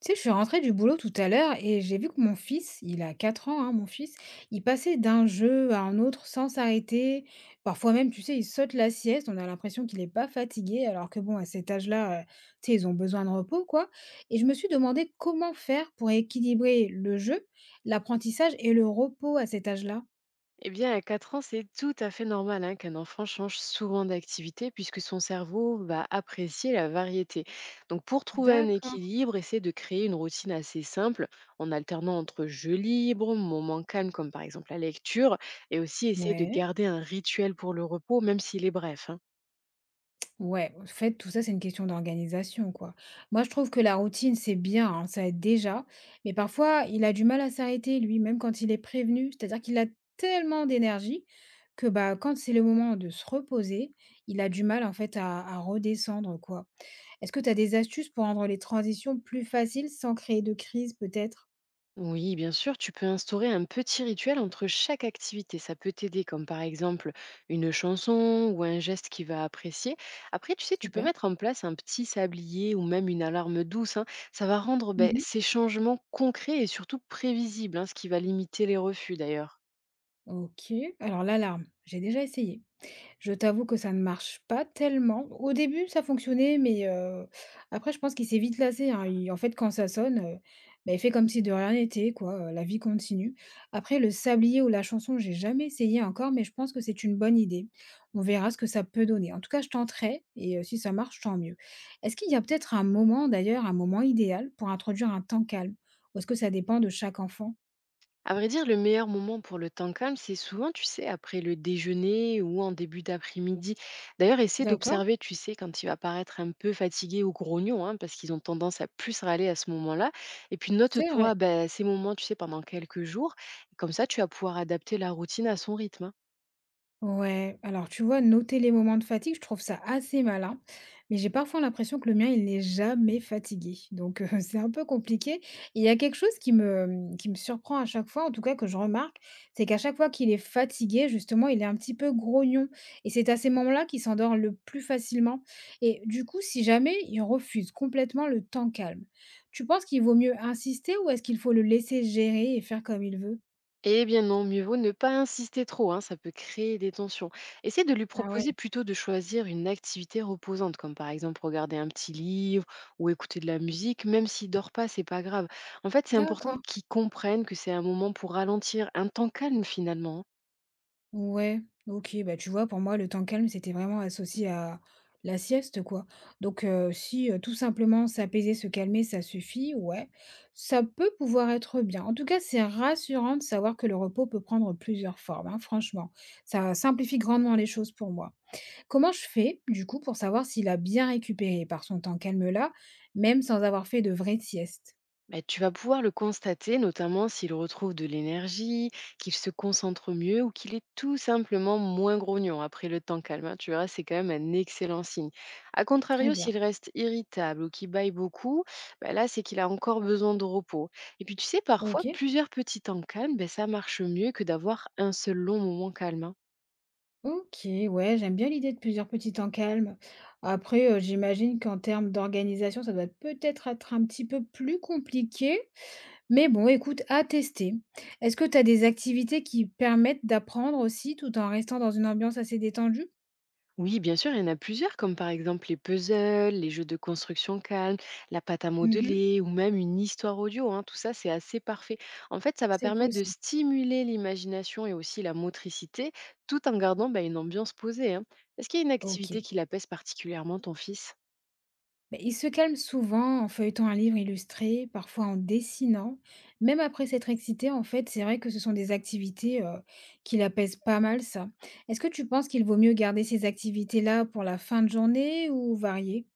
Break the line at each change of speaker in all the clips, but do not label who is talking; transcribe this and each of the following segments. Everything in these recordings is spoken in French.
Tu sais, je suis rentrée du boulot tout à l'heure et j'ai vu que mon fils, il a 4 ans, hein, mon fils, il passait d'un jeu à un autre sans s'arrêter. Parfois même, tu sais, il saute la sieste, on a l'impression qu'il n'est pas fatigué, alors que bon, à cet âge-là, tu sais, ils ont besoin de repos, quoi. Et je me suis demandé comment faire pour équilibrer le jeu, l'apprentissage et le repos à cet âge-là.
Eh bien, à 4 ans, c'est tout à fait normal hein, qu'un enfant change souvent d'activité puisque son cerveau va apprécier la variété. Donc, pour trouver un
D'accord.
équilibre, essaie de créer une routine assez simple en alternant entre jeux libres, moments calmes comme par exemple la lecture, et aussi essaie de
Ouais.
garder un rituel pour le repos, même s'il est bref. Hein.
Ouais, en fait, tout ça, c'est une question d'organisation, quoi. Moi, je trouve que la routine, c'est bien, hein, ça aide déjà. Mais parfois, il a du mal à s'arrêter, lui, même quand il est prévenu. C'est-à-dire qu'il a tellement d'énergie que bah, quand c'est le moment de se reposer, il a du mal, en fait, à redescendre, quoi. Est-ce que tu as des astuces pour rendre les transitions plus faciles sans créer de crise, peut-être?
Oui, bien sûr, tu peux instaurer un petit rituel entre chaque activité. Ça peut t'aider, comme par exemple une chanson ou un geste qu'il va apprécier. Après, tu sais, tu peux
Super.
mettre en place un petit sablier ou même une alarme douce. Hein. Ça va rendre ben,
Mhm.
ces changements concrets et surtout prévisibles, hein, ce qui va limiter les refus d'ailleurs.
Ok. Alors, l'alarme, j'ai déjà essayé. Je t'avoue que ça ne marche pas tellement. Au début, ça fonctionnait, mais après, je pense qu'il s'est vite lassé, hein. Il en fait, quand ça sonne, bah, il fait comme si de rien n'était, quoi, la vie continue. Après le sablier ou la chanson, j'ai jamais essayé encore, mais je pense que c'est une bonne idée. On verra ce que ça peut donner. En tout cas, je tenterai et si ça marche, tant mieux. Est-ce qu'il y a peut-être un moment d'ailleurs, un moment idéal pour introduire un temps calme? Ou est-ce que ça dépend de chaque enfant?
À vrai dire, le meilleur moment pour le temps calme, c'est souvent, tu sais, après le déjeuner ou en début d'après-midi. D'ailleurs, essaie
D'accord,
d'observer, tu sais, quand il va paraître un peu fatigué ou grognon, hein, parce qu'ils ont tendance à plus râler à ce moment-là. Et puis,
c'est
note-toi
vrai.
ben, ces moments, tu sais, pendant quelques jours. Comme ça, tu vas pouvoir adapter la routine à son rythme. Hein.
Ouais, alors tu vois, noter les moments de fatigue, je trouve ça assez malin, mais j'ai parfois l'impression que le mien, il n'est jamais fatigué. Donc c'est un peu compliqué. Et il y a quelque chose qui me surprend à chaque fois, en tout cas que je remarque, c'est qu'à chaque fois qu'il est fatigué, justement, il est un petit peu grognon. Et c'est à ces moments-là qu'il s'endort le plus facilement. Et du coup, si jamais il refuse complètement le temps calme, tu penses qu'il vaut mieux insister ou est-ce qu'il faut le laisser gérer et faire comme il veut?
Eh bien non, mieux vaut ne pas insister trop, hein, ça peut créer des tensions. Essaie de lui
Ah ouais,
proposer plutôt de choisir une activité reposante, comme par exemple regarder un petit livre ou écouter de la musique, même s'il dort pas, c'est pas grave. En fait, c'est important
d'accord.
qu'il comprenne que c'est un moment pour ralentir, un temps calme finalement. Hein.
Ouais, OK, bah, tu vois, pour moi, le temps calme, c'était vraiment associé à la sieste, quoi. Donc, si, tout simplement s'apaiser, se calmer, ça suffit, ouais, ça peut pouvoir être bien. En tout cas, c'est rassurant de savoir que le repos peut prendre plusieurs formes, hein, franchement. Ça simplifie grandement les choses pour moi. Comment je fais, du coup, pour savoir s'il a bien récupéré par son temps calme là, même sans avoir fait de vraie sieste?
Bah, tu vas pouvoir le constater, notamment s'il retrouve de l'énergie, qu'il se concentre mieux ou qu'il est tout simplement moins grognon après le temps calme. Hein. Tu verras, c'est quand même un excellent signe. A
Très
contrario,
bien,
s'il reste irritable ou qu'il baille beaucoup, bah là, c'est qu'il a encore besoin de repos. Et puis, tu sais, parfois,
OK.
plusieurs petits temps calmes, bah, ça marche mieux que d'avoir un seul long moment calme. Hein.
OK, ouais, j'aime bien l'idée de plusieurs petits temps calmes. Après, j'imagine qu'en termes d'organisation, ça doit peut-être être un petit peu plus compliqué, mais bon, écoute, à tester. Est-ce que tu as des activités qui permettent d'apprendre aussi tout en restant dans une ambiance assez détendue?
Oui, bien sûr, il y en a plusieurs, comme par exemple les puzzles, les jeux de construction calme, la pâte à
Mmh.
modeler ou même une histoire audio. Hein. Tout ça, c'est assez parfait. En fait, ça va
C'est cool
permettre de
ça.
stimuler l'imagination et aussi la motricité, tout en gardant bah, une ambiance posée. Hein. Est-ce qu'il y a une activité
OK.
qui l'apaise particulièrement, ton fils?
Beh, il se calme souvent en feuilletant un livre illustré, parfois en dessinant. Même après s'être excité, en fait, c'est vrai que ce sont des activités qui l'apaisent pas mal, ça. Est-ce que tu penses qu'il vaut mieux garder ces activités-là pour la fin de journée ou varier?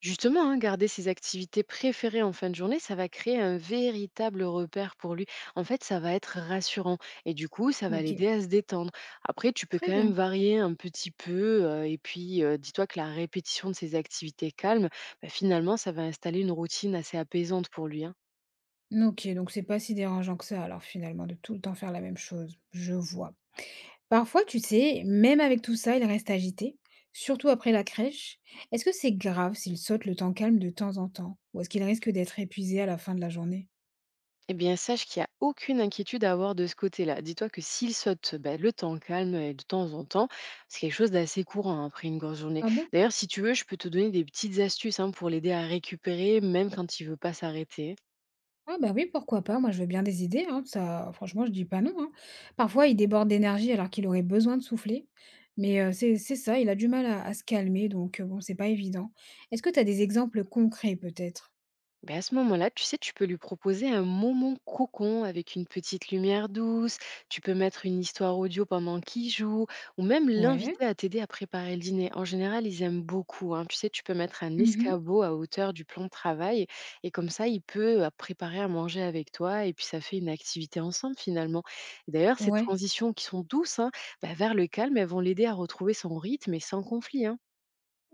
Justement, hein, garder ses activités préférées en fin de journée, ça va créer un véritable repère pour lui. En fait, ça va être rassurant et du coup, ça va
Ok,
l'aider à se détendre. Après, tu peux
très
quand même
bien.
varier un petit peu et puis dis-toi que la répétition de ces activités calmes, bah, finalement, ça va installer une routine assez apaisante pour lui. Hein.
Ok, donc c'est pas si dérangeant que ça, alors finalement, de tout le temps faire la même chose. Je vois. Parfois, tu sais, même avec tout ça, il reste agité, surtout après la crèche. Est-ce que c'est grave s'il saute le temps calme de temps en temps? Ou est-ce qu'il risque d'être épuisé à la fin de la journée?
Eh bien, sache qu'il n'y a aucune inquiétude à avoir de ce côté-là. Dis-toi que s'il saute ben, le temps calme et de temps en temps, c'est quelque chose d'assez courant hein, après une grosse journée.
Ah bon?
D'ailleurs, si tu veux, je peux te donner des petites astuces hein, pour l'aider à récupérer, même quand il veut pas s'arrêter. Hein.
Ah bah oui, pourquoi pas? Moi, je veux bien des idées, hein, ça franchement, je dis pas non, hein. Parfois, il déborde d'énergie alors qu'il aurait besoin de souffler. Mais c'est ça, il a du mal à se calmer, donc bon, c'est pas évident. Est-ce que tu as des exemples concrets peut-être?
Ben, à ce moment-là, tu sais, tu peux lui proposer un moment cocon avec une petite lumière douce, tu peux mettre une histoire audio pendant qu'il joue, ou même
Ouais.
l'inviter à t'aider à préparer le dîner. En général, ils aiment beaucoup. Hein. Tu sais, tu peux mettre un
Mmh.
escabeau à hauteur du plan de travail, et comme ça, il peut préparer à manger avec toi, et puis ça fait une activité ensemble finalement. Et d'ailleurs, ces
Ouais.
transitions qui sont douces hein, ben, vers le calme, elles vont l'aider à retrouver son rythme et sans conflit. Hein.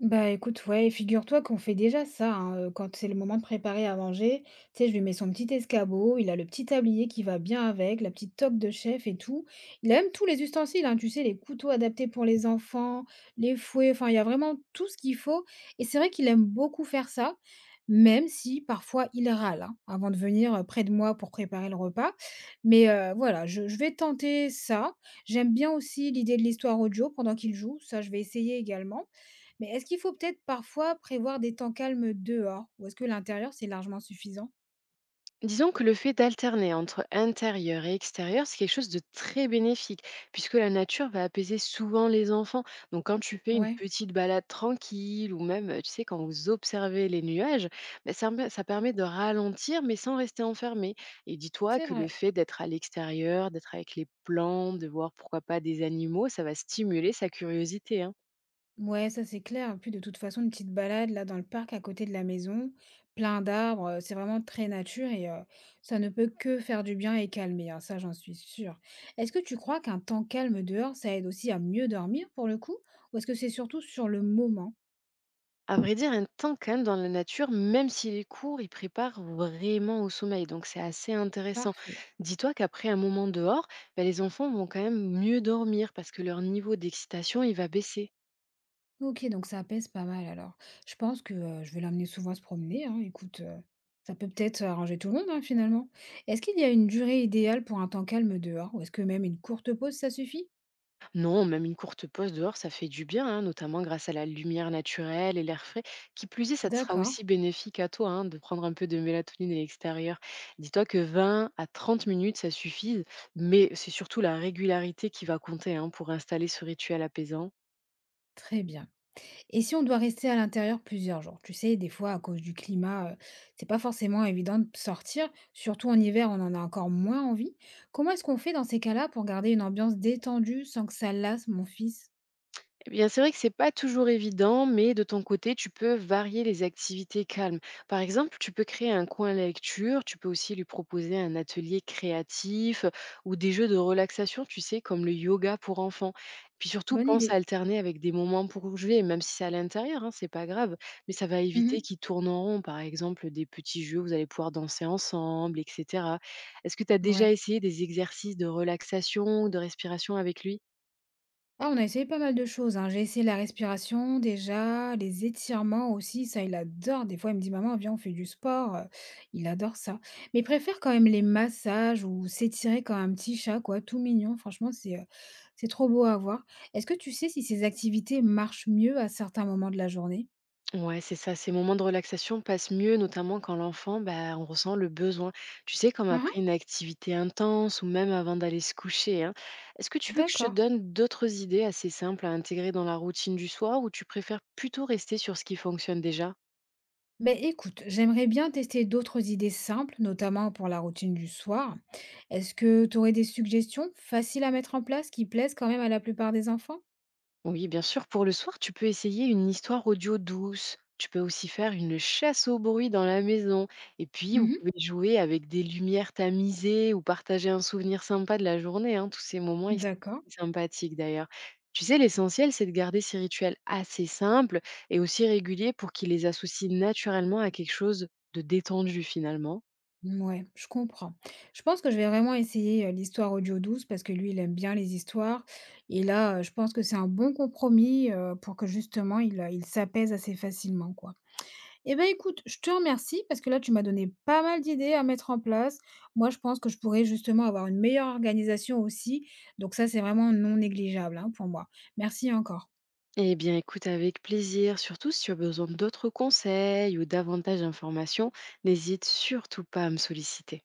Bah, écoute, ouais, figure-toi qu'on fait déjà ça, hein, quand c'est le moment de préparer à manger. Tu sais, je lui mets son petit escabeau, il a le petit tablier qui va bien avec, la petite toque de chef et tout. Il a même tous les ustensiles, hein, tu sais, les couteaux adaptés pour les enfants, les fouets, enfin, il y a vraiment tout ce qu'il faut et c'est vrai qu'il aime beaucoup faire ça, même si parfois il râle, hein, avant de venir, près de moi pour préparer le repas. Mais, voilà, je vais tenter ça. J'aime bien aussi l'idée de l'histoire audio pendant qu'il joue, ça je vais essayer également. Mais est-ce qu'il faut peut-être parfois prévoir des temps calmes dehors? Ou est-ce que l'intérieur, c'est largement suffisant?
Disons que le fait d'alterner entre intérieur et extérieur, c'est quelque chose de très bénéfique, puisque la nature va apaiser souvent les enfants. Donc quand tu fais une
Ouais,
petite balade tranquille, ou même, tu sais, quand vous observez les nuages, ben, ça, ça permet de ralentir, mais sans rester enfermé. Et dis-toi
c'est
que le
vrai.
fait d'être à l'extérieur, d'être avec les plantes, de voir pourquoi pas des animaux, ça va stimuler sa curiosité. Hein.
Ouais, ça c'est clair. Puis de toute façon, une petite balade là dans le parc à côté de la maison, plein d'arbres, c'est vraiment très nature et ça ne peut que faire du bien et calmer, hein, ça j'en suis sûre. Est-ce que tu crois qu'un temps calme dehors, ça aide aussi à mieux dormir pour le coup? Ou est-ce que c'est surtout sur le moment?
À vrai dire, un temps quand même dans la nature, même s'il est court, il prépare vraiment au sommeil. Donc c'est assez intéressant.
Parfait.
Dis-toi qu'après un moment dehors, bah, les enfants vont quand même mieux dormir parce que leur niveau d'excitation, il va baisser.
OK, donc ça apaise pas mal alors. Je pense que, je vais l'amener souvent se promener, hein, écoute, ça peut peut-être arranger tout le monde, hein, finalement. Est-ce qu'il y a une durée idéale pour un temps calme dehors ou est-ce que même une courte pause, ça suffit?
Non, même une courte pause dehors, ça fait du bien, hein, notamment grâce à la lumière naturelle et l'air frais. Qui plus est, ça te sera
D'accord,
aussi bénéfique à toi hein, de prendre un peu de mélatonine à l'extérieur. Dis-toi que 20 à 30 minutes, ça suffit, mais c'est surtout la régularité qui va compter hein, pour installer ce rituel apaisant.
très bien. Et si on doit rester à l'intérieur plusieurs jours? Tu sais, des fois, à cause du climat, c'est pas forcément évident de sortir, surtout en hiver, on en a encore moins envie. Comment est-ce qu'on fait dans ces cas-là pour garder une ambiance détendue sans que ça lasse mon fils?
Eh bien, c'est vrai que c'est pas toujours évident, mais de ton côté, tu peux varier les activités calmes. Par exemple, tu peux créer un coin lecture, tu peux aussi lui proposer un atelier créatif ou des jeux de relaxation, tu sais, comme le yoga pour enfants. Puis surtout,
Bonne
pense à
idée.
alterner avec des moments pour jouer, même si c'est à l'intérieur, hein, c'est pas grave, mais ça va
Mmh.
éviter qu'ils tournent en rond. Par exemple, des petits jeux où vous allez pouvoir danser ensemble, etc. Est-ce que tu as déjà
Ouais.
essayé des exercices de relaxation ou de respiration avec lui?
Ah, on a essayé pas mal de choses, hein. J'ai essayé la respiration déjà, les étirements aussi, ça il adore. Des fois, il me dit: «Maman, viens, on fait du sport», il adore ça. Mais il préfère quand même les massages ou s'étirer comme un petit chat quoi, tout mignon. Franchement, c'est trop beau à voir. Est-ce que tu sais si ces activités marchent mieux à certains moments de la journée?
Ouais, c'est ça. Ces moments de relaxation passent mieux, notamment quand l'enfant, bah, on ressent le besoin. Tu sais, comme
Mmh.
après une activité intense ou même avant d'aller se coucher. Hein. Est-ce que tu veux que je te
D'accord.
donne d'autres idées assez simples à intégrer dans la routine du soir ou tu préfères plutôt rester sur ce qui fonctionne déjà?
Ben, écoute, j'aimerais bien tester d'autres idées simples, notamment pour la routine du soir. Est-ce que tu aurais des suggestions faciles à mettre en place qui plaisent quand même à la plupart des enfants?
Oui, bien sûr. Pour le soir, tu peux essayer une histoire audio douce. Tu peux aussi faire une chasse au bruit dans la maison. Et puis, vous
Mmh.
pouvez jouer avec des lumières tamisées ou partager un souvenir sympa de la journée. Hein. Tous ces moments, ils sont
D'accord.
sympathiques d'ailleurs. Tu sais, l'essentiel, c'est de garder ces rituels assez simples et aussi réguliers pour qu'ils les associent naturellement à quelque chose de détendu finalement.
Ouais, je comprends. Je pense que je vais vraiment essayer, l'histoire audio douce parce que lui, il aime bien les histoires et là, je pense que c'est un bon compromis, pour que justement il il s'apaise assez facilement, quoi. Eh ben, écoute, je te remercie parce que là, tu m'as donné pas mal d'idées à mettre en place. Moi, je pense que je pourrais justement avoir une meilleure organisation aussi, donc ça, c'est vraiment non négligeable, hein, pour moi. Merci encore.
Eh bien, écoute avec plaisir. Surtout si tu as besoin d'autres conseils ou davantage d'informations, n'hésite surtout pas à me solliciter.